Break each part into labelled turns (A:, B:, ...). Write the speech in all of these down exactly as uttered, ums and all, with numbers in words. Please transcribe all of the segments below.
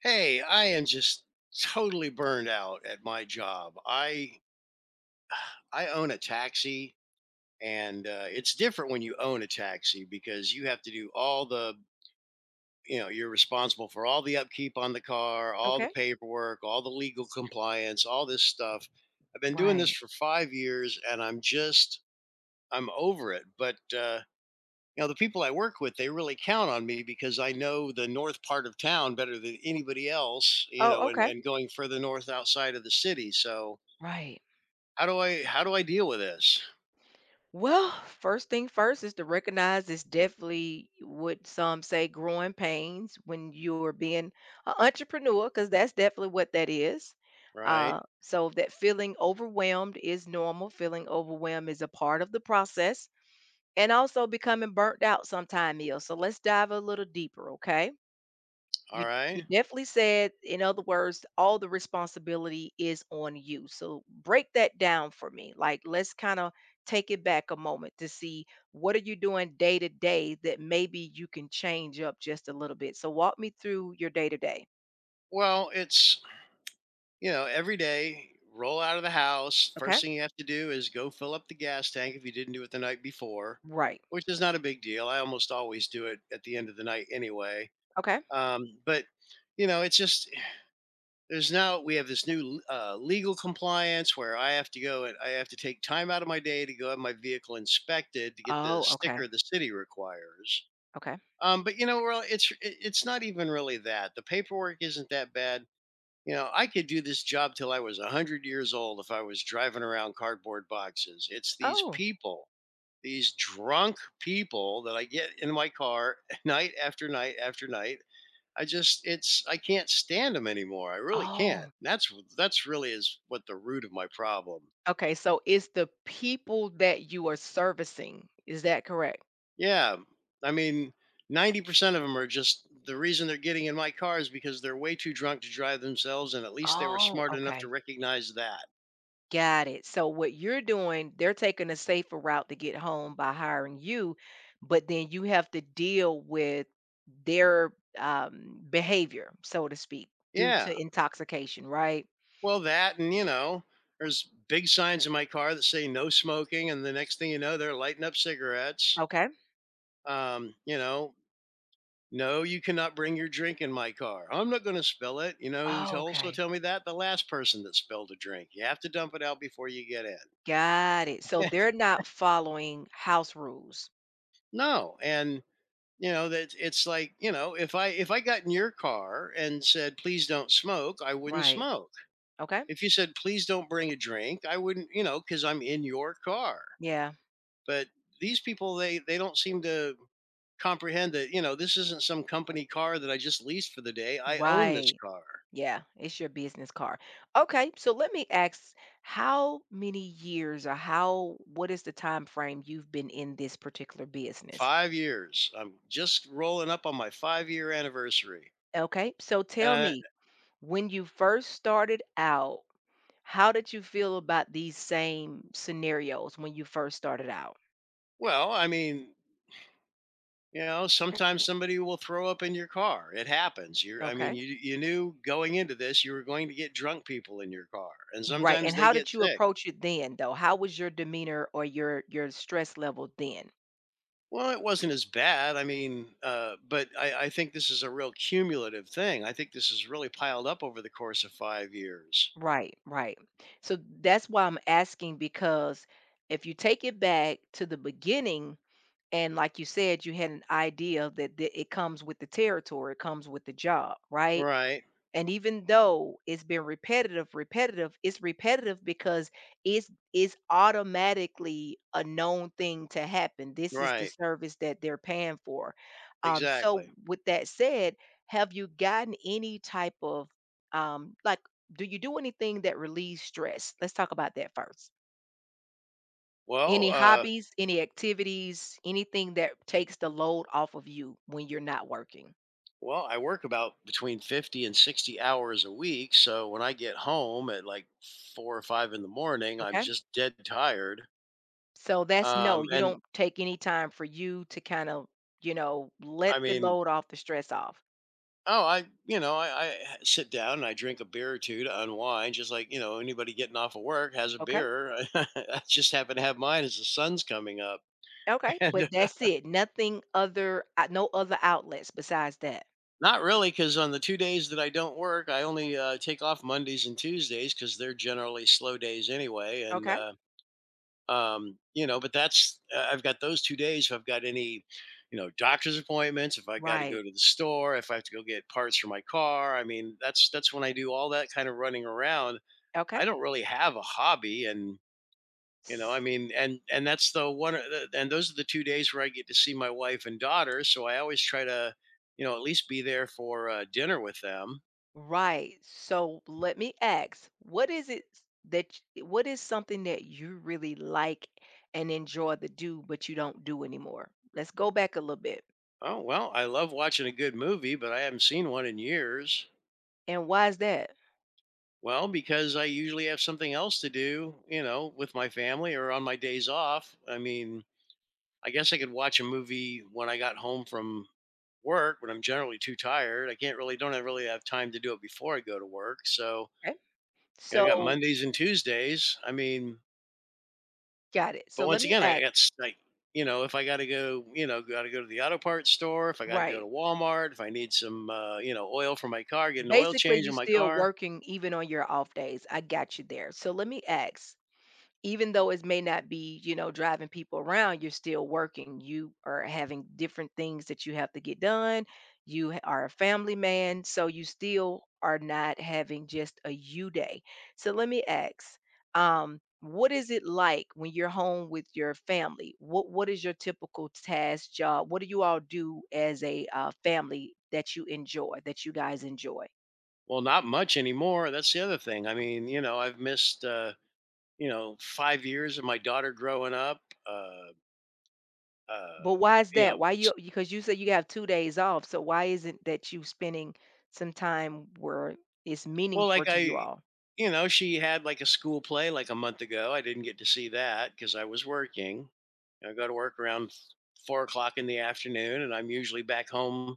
A: Hey, I am just totally burned out at my job. I i own a taxi, and uh, it's different when you own a taxi because you have to do all the, you know you're responsible for all the upkeep on the car, all the
B: Okay.
A: paperwork, all the legal compliance, all this stuff. I've been doing this
B: Right.
A: for five years, and i'm just I'm over it. But uh, you know the people I work with, they really count on me because I know the north part of town better than anybody else, you
B: Oh,
A: know, and,
B: okay.
A: and going further north outside of the city, so
B: Right.
A: how do i how do i deal with this?
B: Well, first thing first is to recognize it's definitely what some say growing pains when you're being an entrepreneur, because that's definitely what that is. Uh,
A: Right.
B: so that feeling overwhelmed is normal. Feeling overwhelmed is a part of the process, and also becoming burnt out sometime is. So let's dive a little deeper, okay?
A: All
B: You you
A: right.
B: definitely said, in other words, all the responsibility is on you. So break that down for me. Like let's kind of take it back a moment to see what are you doing day to day that maybe you can change up just a little bit. So walk me through your day to day.
A: Well, it's, you know every day roll out of the house.
B: Okay?
A: First thing you have to do is go fill up the gas tank if you didn't do it the night before,
B: Right.
A: which is not a big deal. I almost always do it at the end of the night anyway.
B: Okay.
A: Um, but you know it's just there's now we have this new uh, legal compliance where I have to go and I have to take time out of my day to go have my vehicle inspected to get the
B: Oh, okay.
A: sticker the city requires.
B: Okay.
A: Um, but, you know, well, it's it- it's not even really that. The paperwork isn't that bad. You know, I could do this job till I was a hundred years old if I was driving around cardboard boxes. It's these
B: Oh.
A: people, these drunk people that I get in my car night after night after night. I just it's I can't stand them anymore. I really
B: Oh.
A: can't. That's that's really is what the root of my problem.
B: Okay, so it's the people that you are servicing. Is that correct?
A: Yeah, I mean, ninety percent of them are just the reason they're getting in my car is because they're way too drunk to drive themselves, and at least they were
B: Oh,
A: smart enough to
B: okay.
A: recognize that.
B: Got it. So what you're doing, they're taking a safer route to get home by hiring you, but then you have to deal with their um, behavior, so to speak, due to
A: Yeah,
B: intoxication, right?
A: well, that, and, you know, there's big signs in my car that say no smoking, and the next thing you know, they're lighting up cigarettes.
B: Okay.
A: Um, you know, No, you cannot bring your drink in my car. I'm not going to spill it. You know, to
B: Oh,
A: also
B: okay.
A: tell me that the last person that spilled a drink, you have to dump it out before you get in.
B: Got it. So they're not following house rules,
A: No. And you know that it's like, you know if I if I got in your car and said please don't smoke, I wouldn't
B: right?
A: smoke.
B: Okay.
A: If you said please don't bring a drink, I wouldn't. You know, because I'm in your car.
B: Yeah.
A: But these people, they they don't seem to comprehend that, you know, this isn't some company car that I just leased for the day. I own this
B: Right.
A: car.
B: Yeah, it's your business card. Okay, so let me ask, how many years, or how, what is the time frame you've been in this particular business?
A: five years. I'm just rolling up on my five-year anniversary.
B: Okay? So
A: And
B: tell
A: I
B: me, when you first started out, how did you feel about these same scenarios when you first started out?
A: Well, I mean, you know, sometimes somebody will throw up in your car. It happens. You're I mean,
B: Okay?
A: you you knew going into this, you were going to get drunk people in your car, and
B: Right.
A: sometimes
B: And
A: they
B: how
A: get
B: did you
A: sick.
B: approach it then though? How was your demeanor or your your stress level then?
A: Well, it wasn't as bad. I mean, uh, but I, I think this is a real cumulative thing. I think this is really piled up over the course of five years.
B: Right, right. So that's why I'm asking, because if you take it back to the beginning, and like you said, you had an idea that, that it comes with the territory, it comes with the job, right?
A: Right.
B: And even though it's been repetitive, repetitive, it's repetitive because it's it's automatically a known thing to happen. This is the
A: Right.
B: service that they're paying for. Um, so
A: Exactly.
B: with that said, have you gotten any type of, um like, do you do anything that relieves stress? Let's talk about that first.
A: Well,
B: Any
A: uh
B: hobbies, any activities, anything that takes the load off of you when you're not working?
A: Well, I work about between fifty and sixty hours a week. So when I get home at like four or five in the morning, I'm
B: Okay.
A: just dead tired.
B: So that's no,
A: Um,
B: you
A: and
B: don't take any time for you to kind of, you know,
A: I
B: let the
A: mean,
B: load off, the stress off.
A: oh, I, you know, I I sit down and I drink a beer or two to unwind, just like, you know, anybody getting off of work has a
B: Okay.
A: beer. I just happen to have mine as the sun's coming up.
B: Okay.
A: And
B: But that's it. Nothing other, uh, no other outlets besides that.
A: not really, because on the two days that I don't work, I only uh, take off Mondays and Tuesdays because they're generally slow days anyway. And,
B: Okay.
A: uh, um you know but that's, uh, I've got those two days if I've got any, you know, doctor's appointments, if I got to
B: Right.
A: go to the store, if I have to go get parts for my car. I mean, that's that's when I do all that kind of running around.
B: Okay.
A: I don't really have a hobby, and, you know I
B: S-
A: mean, and and that's the one the- and those are the two days where I get to see my wife and daughter, so I always try to, you know, at least be there for uh, dinner with them.
B: Right. So let me ask, what is it s- that, y- what is something that you really like and enjoy to do, but you don't do anymore? Let's go back a little bit.
A: Oh, well, I love watching a good movie, but I haven't seen one in years.
B: And why is that?
A: Well, because I usually have something else to do, you know, with my family or on my days off. I mean, I guess I could watch a movie when I got home from work, but I'm generally too tired. I can't really, don't have really have time to do it before I go to work. So,
B: Okay.
A: you know, I got
B: So,
A: Mondays and Tuesdays. I mean,
B: got it.
A: but
B: So let
A: once
B: me
A: again, I
B: ask,
A: got, like, you know, if I got to go, you know, got to go to the auto parts store, if I got to go
B: right.
A: to Walmart, if I need some, uh, you know, oil for my car, get an oil
B: Basically,
A: change
B: you
A: in my
B: still
A: car.
B: working even on your off days. I got you there. So let me ask, even though it may not be, you know, driving people around, you're still working. You are having different things that you have to get done. You ha- are a family man, so you still are not having just a you day. So let me ask, um, what is it like when you're home with your family? What what is your typical task job? What do you all do as a uh, family that you enjoy, that you guys enjoy?
A: Well, not much anymore. That's the other thing. I mean, you know, I've missed, uh, you know, five years of my daughter growing up. Uh,
B: But
A: uh,
B: why is
A: you
B: that?
A: know,
B: Why you,
A: s-
B: because you said you have two days off, so why isn't that you spending some time where it's
A: well, like
B: meaningful to you
A: I,
B: all?
A: you know, she had like a school play like a month ago. I didn't get to see that because I was working. I go to work around four o'clock in the afternoon, and I'm usually back home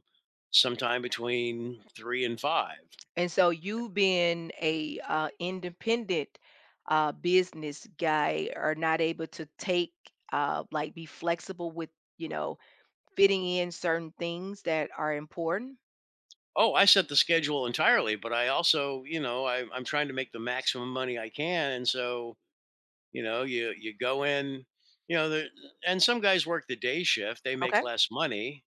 A: sometime between three and five.
B: And so you being a, uh, independent, uh, business guy are not able to take, uh, like, be flexible with, you know, fitting in certain things that are important?
A: Oh, I set the schedule entirely, but I also, you know, I, I'm trying to make the maximum money I can, and so, you know, you you go in, you know, the, and some guys work the day shift. They make
B: Okay.
A: less money.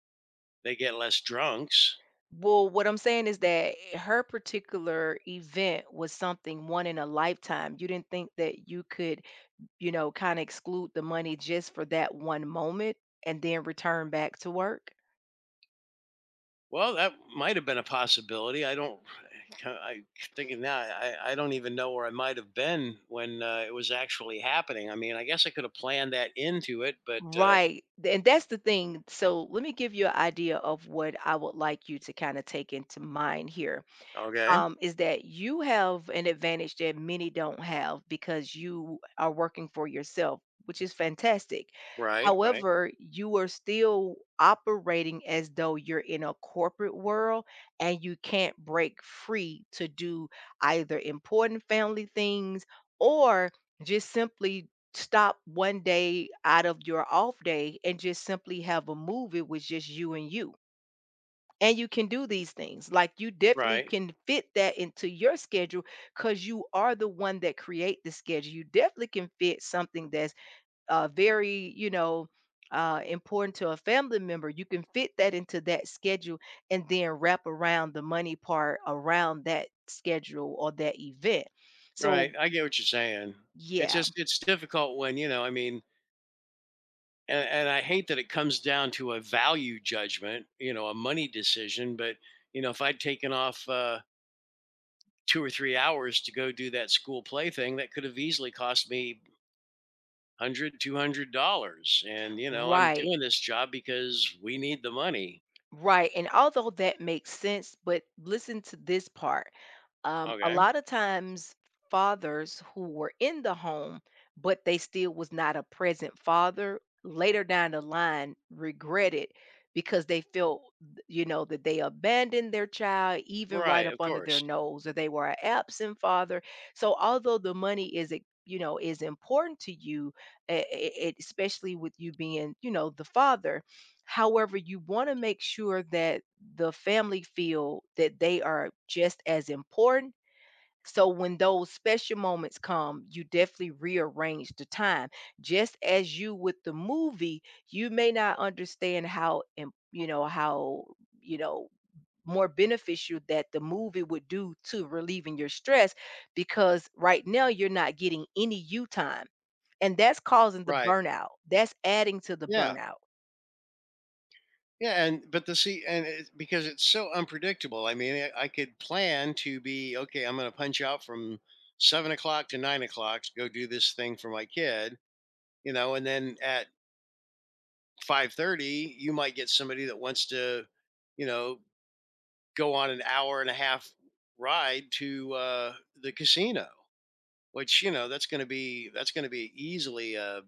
A: They get less drunks.
B: Well, what I'm saying is that her particular event was something one in a lifetime. You didn't think that you could, you know, kinda exclude the money just for that one moment and then return back to work.
A: Well, that might have been a possibility. I don't. I Thinking now, I, I don't even know where I might have been when uh, it was actually happening. I mean, I guess I could have planned that into it, but uh,
B: Right, th and that's the thing. So, let me give you an idea of what I would like you to kinda take into mind here.
A: okay.
B: um, is that you have an advantage that many don't have because you are working for yourself, which is fantastic.
A: Right. Right.
B: However, you are still operating as though you're in a corporate world and you can't break free to do either important family things, or just simply stop one day out of your off day and just simply have a movie with just you and you, and you can do these things. Like you definitely
A: Right.
B: can fit that into your schedule because you are the one that create the schedule. You definitely can fit something that's uh, very, you know, uh, important to a family member. You can fit that into that schedule and then wrap around the money part around that schedule or that event.
A: Right,
B: So,
A: I get what you're saying. It's
B: yeah,
A: just it's difficult, when you know. I mean, and, and I hate that it comes down to a value judgment, you know, a money decision. But, you know, if I'd taken off, uh, two or three hours to go do that school play thing, that could have easily cost me hundred, two hundred dollars. And, you know, I'm
B: right,
A: doing this job because we need the money.
B: right. And although that makes sense, but listen to this part. Um, a
A: Okay.
B: lot of times fathers who were in the home, but they still was not a present father, later down the line regret it because they felt, you know, that they abandoned their child even right
A: Right.
B: up
A: Of
B: under their
A: course.
B: nose, or they were an absent father. So although the money is a you know is important to you, eh, eh, eh, especially with you being, you know the father. However, you want to make sure that the family feel that they are just as important. So when those special moments come, you definitely rearrange the time. Just as you with the movie, you may not understand how im- you know how you know more beneficial that the movie would do to relieving your stress, because right now you're not getting any you time. And that's causing the
A: Right.
B: burnout. That's adding to the
A: Yeah,
B: burnout.
A: yeah. And but the See, and it, because it's so unpredictable. I mean, I, I could plan to be. Okay, I'm going to punch out from seven o'clock to nine o'clock to go do this thing for my kid, you know, and then at five thirty, you might get somebody that wants to, you know, go on an hour and a half ride to uh the casino, which, you know, that's going to be that's going to be easily a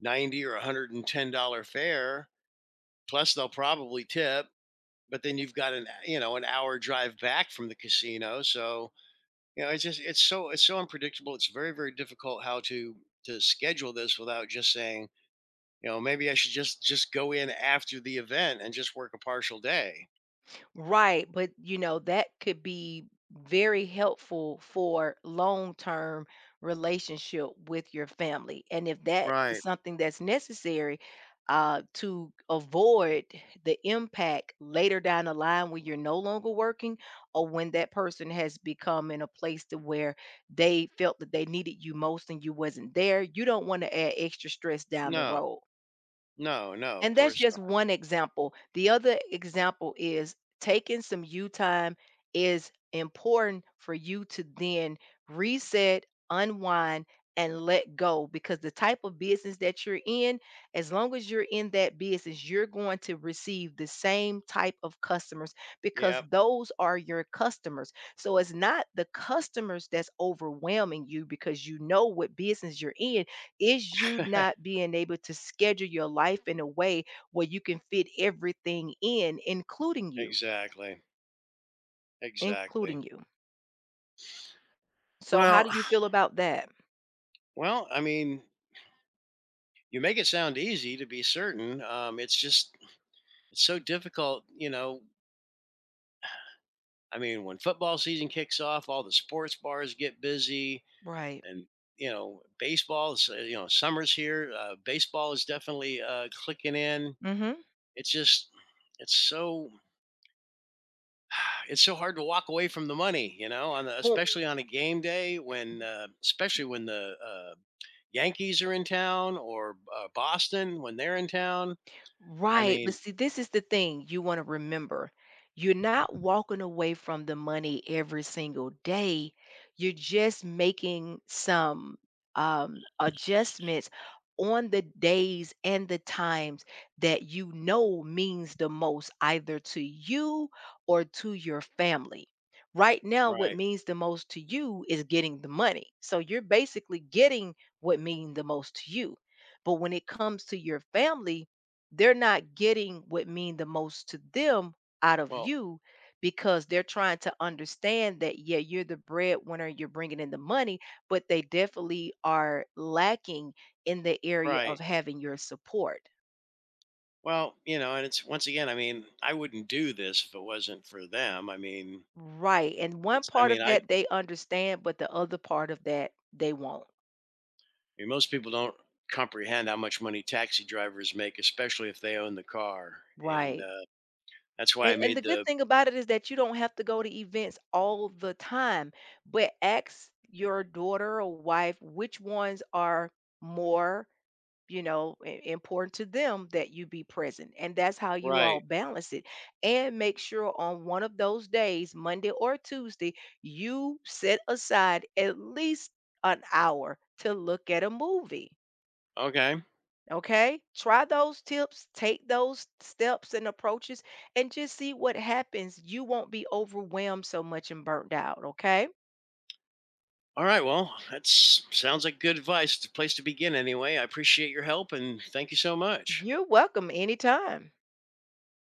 A: ninety or one hundred ten dollar fare, plus they'll probably tip. But then you've got an, you know, an hour drive back from the casino. So, you know, it's just it's so it's so unpredictable. It's very, very difficult how to to schedule this without just saying, you know, maybe I should just just go in after the event and just work a partial day.
B: Right, but you know, that could be very helpful for long-term relationship with your family. And if that is
A: Right.
B: something that's necessary, uh, to avoid the impact later down the line when you're no longer working, or when that person has become in a place to where they felt that they needed you most and you wasn't there, you don't want to add extra stress down the
A: No,
B: road.
A: no, no, of
B: And that's
A: course
B: just
A: not.
B: one example. The other example is taking some you time is important for you to then reset, unwind, and let go, because the type of business that you're in, as long as you're in that business, you're going to receive the same type of customers, because
A: Yep,
B: those are your customers. So it's not the customers that's overwhelming you, because you know what business you're in. Is you not being able to schedule your life in a way where you can fit everything in, including you,
A: exactly. Exactly.
B: including you. So how
A: Well,
B: do you feel about that?
A: Well, I mean, you make it sound easy to be certain. Um, it's just it's so difficult, you know. I mean, when football season kicks off, all the sports bars get busy,
B: Right.
A: and, you know, baseball. is, uh, You know, summer's here. Uh, baseball is definitely uh, clicking in.
B: Mhm.
A: It's just it's so It's so hard to walk away from the money, you know, on the, especially on a game day when, uh, especially when the, uh, Yankees are in town, or uh, Boston when they're in town. I
B: Right. But
A: mean.
B: see, this is the thing you want to remember. You're not walking away from the money every single day. You're just making some, um, adjustments on the days and the times that you know means the most, either to you or to your family. Right now, what
A: Right.
B: means the most to you is getting the money. So you're basically getting what means the most to you. But when it comes to your family, they're not getting what mean the most to them out of
A: Well,
B: you, because they're trying to understand that, yeah, you're the breadwinner, you're bringing in the money, but they definitely are lacking in the area of
A: right.
B: having your support.
A: Well, you know, and it's once again, I mean, I wouldn't do this if it wasn't for them. I mean,
B: Right. And one
A: it's, I
B: part
A: mean,
B: of
A: I, I
B: that they understand, but the other part of that they won't.
A: mean, most people don't comprehend how much money taxi drivers make, especially if they own the car. And
B: Right.
A: uh, that's why
B: and,
A: I
B: and the
A: made
B: good
A: the.
B: thing about it is that you don't have to go to events all the time, but ask your daughter or wife which ones are more, you know i- important to them that you be present, and that's how you all
A: Right.
B: balance it. And make sure on one of those days, Monday or Tuesday, you set aside at least an hour to look at a movie.
A: Okay.
B: Okay, try those tips, take those steps and approaches, and just see what happens. You won't be overwhelmed so much and burnt out, okay?
A: All right. Well, that sounds like good advice. It's a place to begin anyway. I appreciate your help, and thank you so much.
B: You're welcome anytime.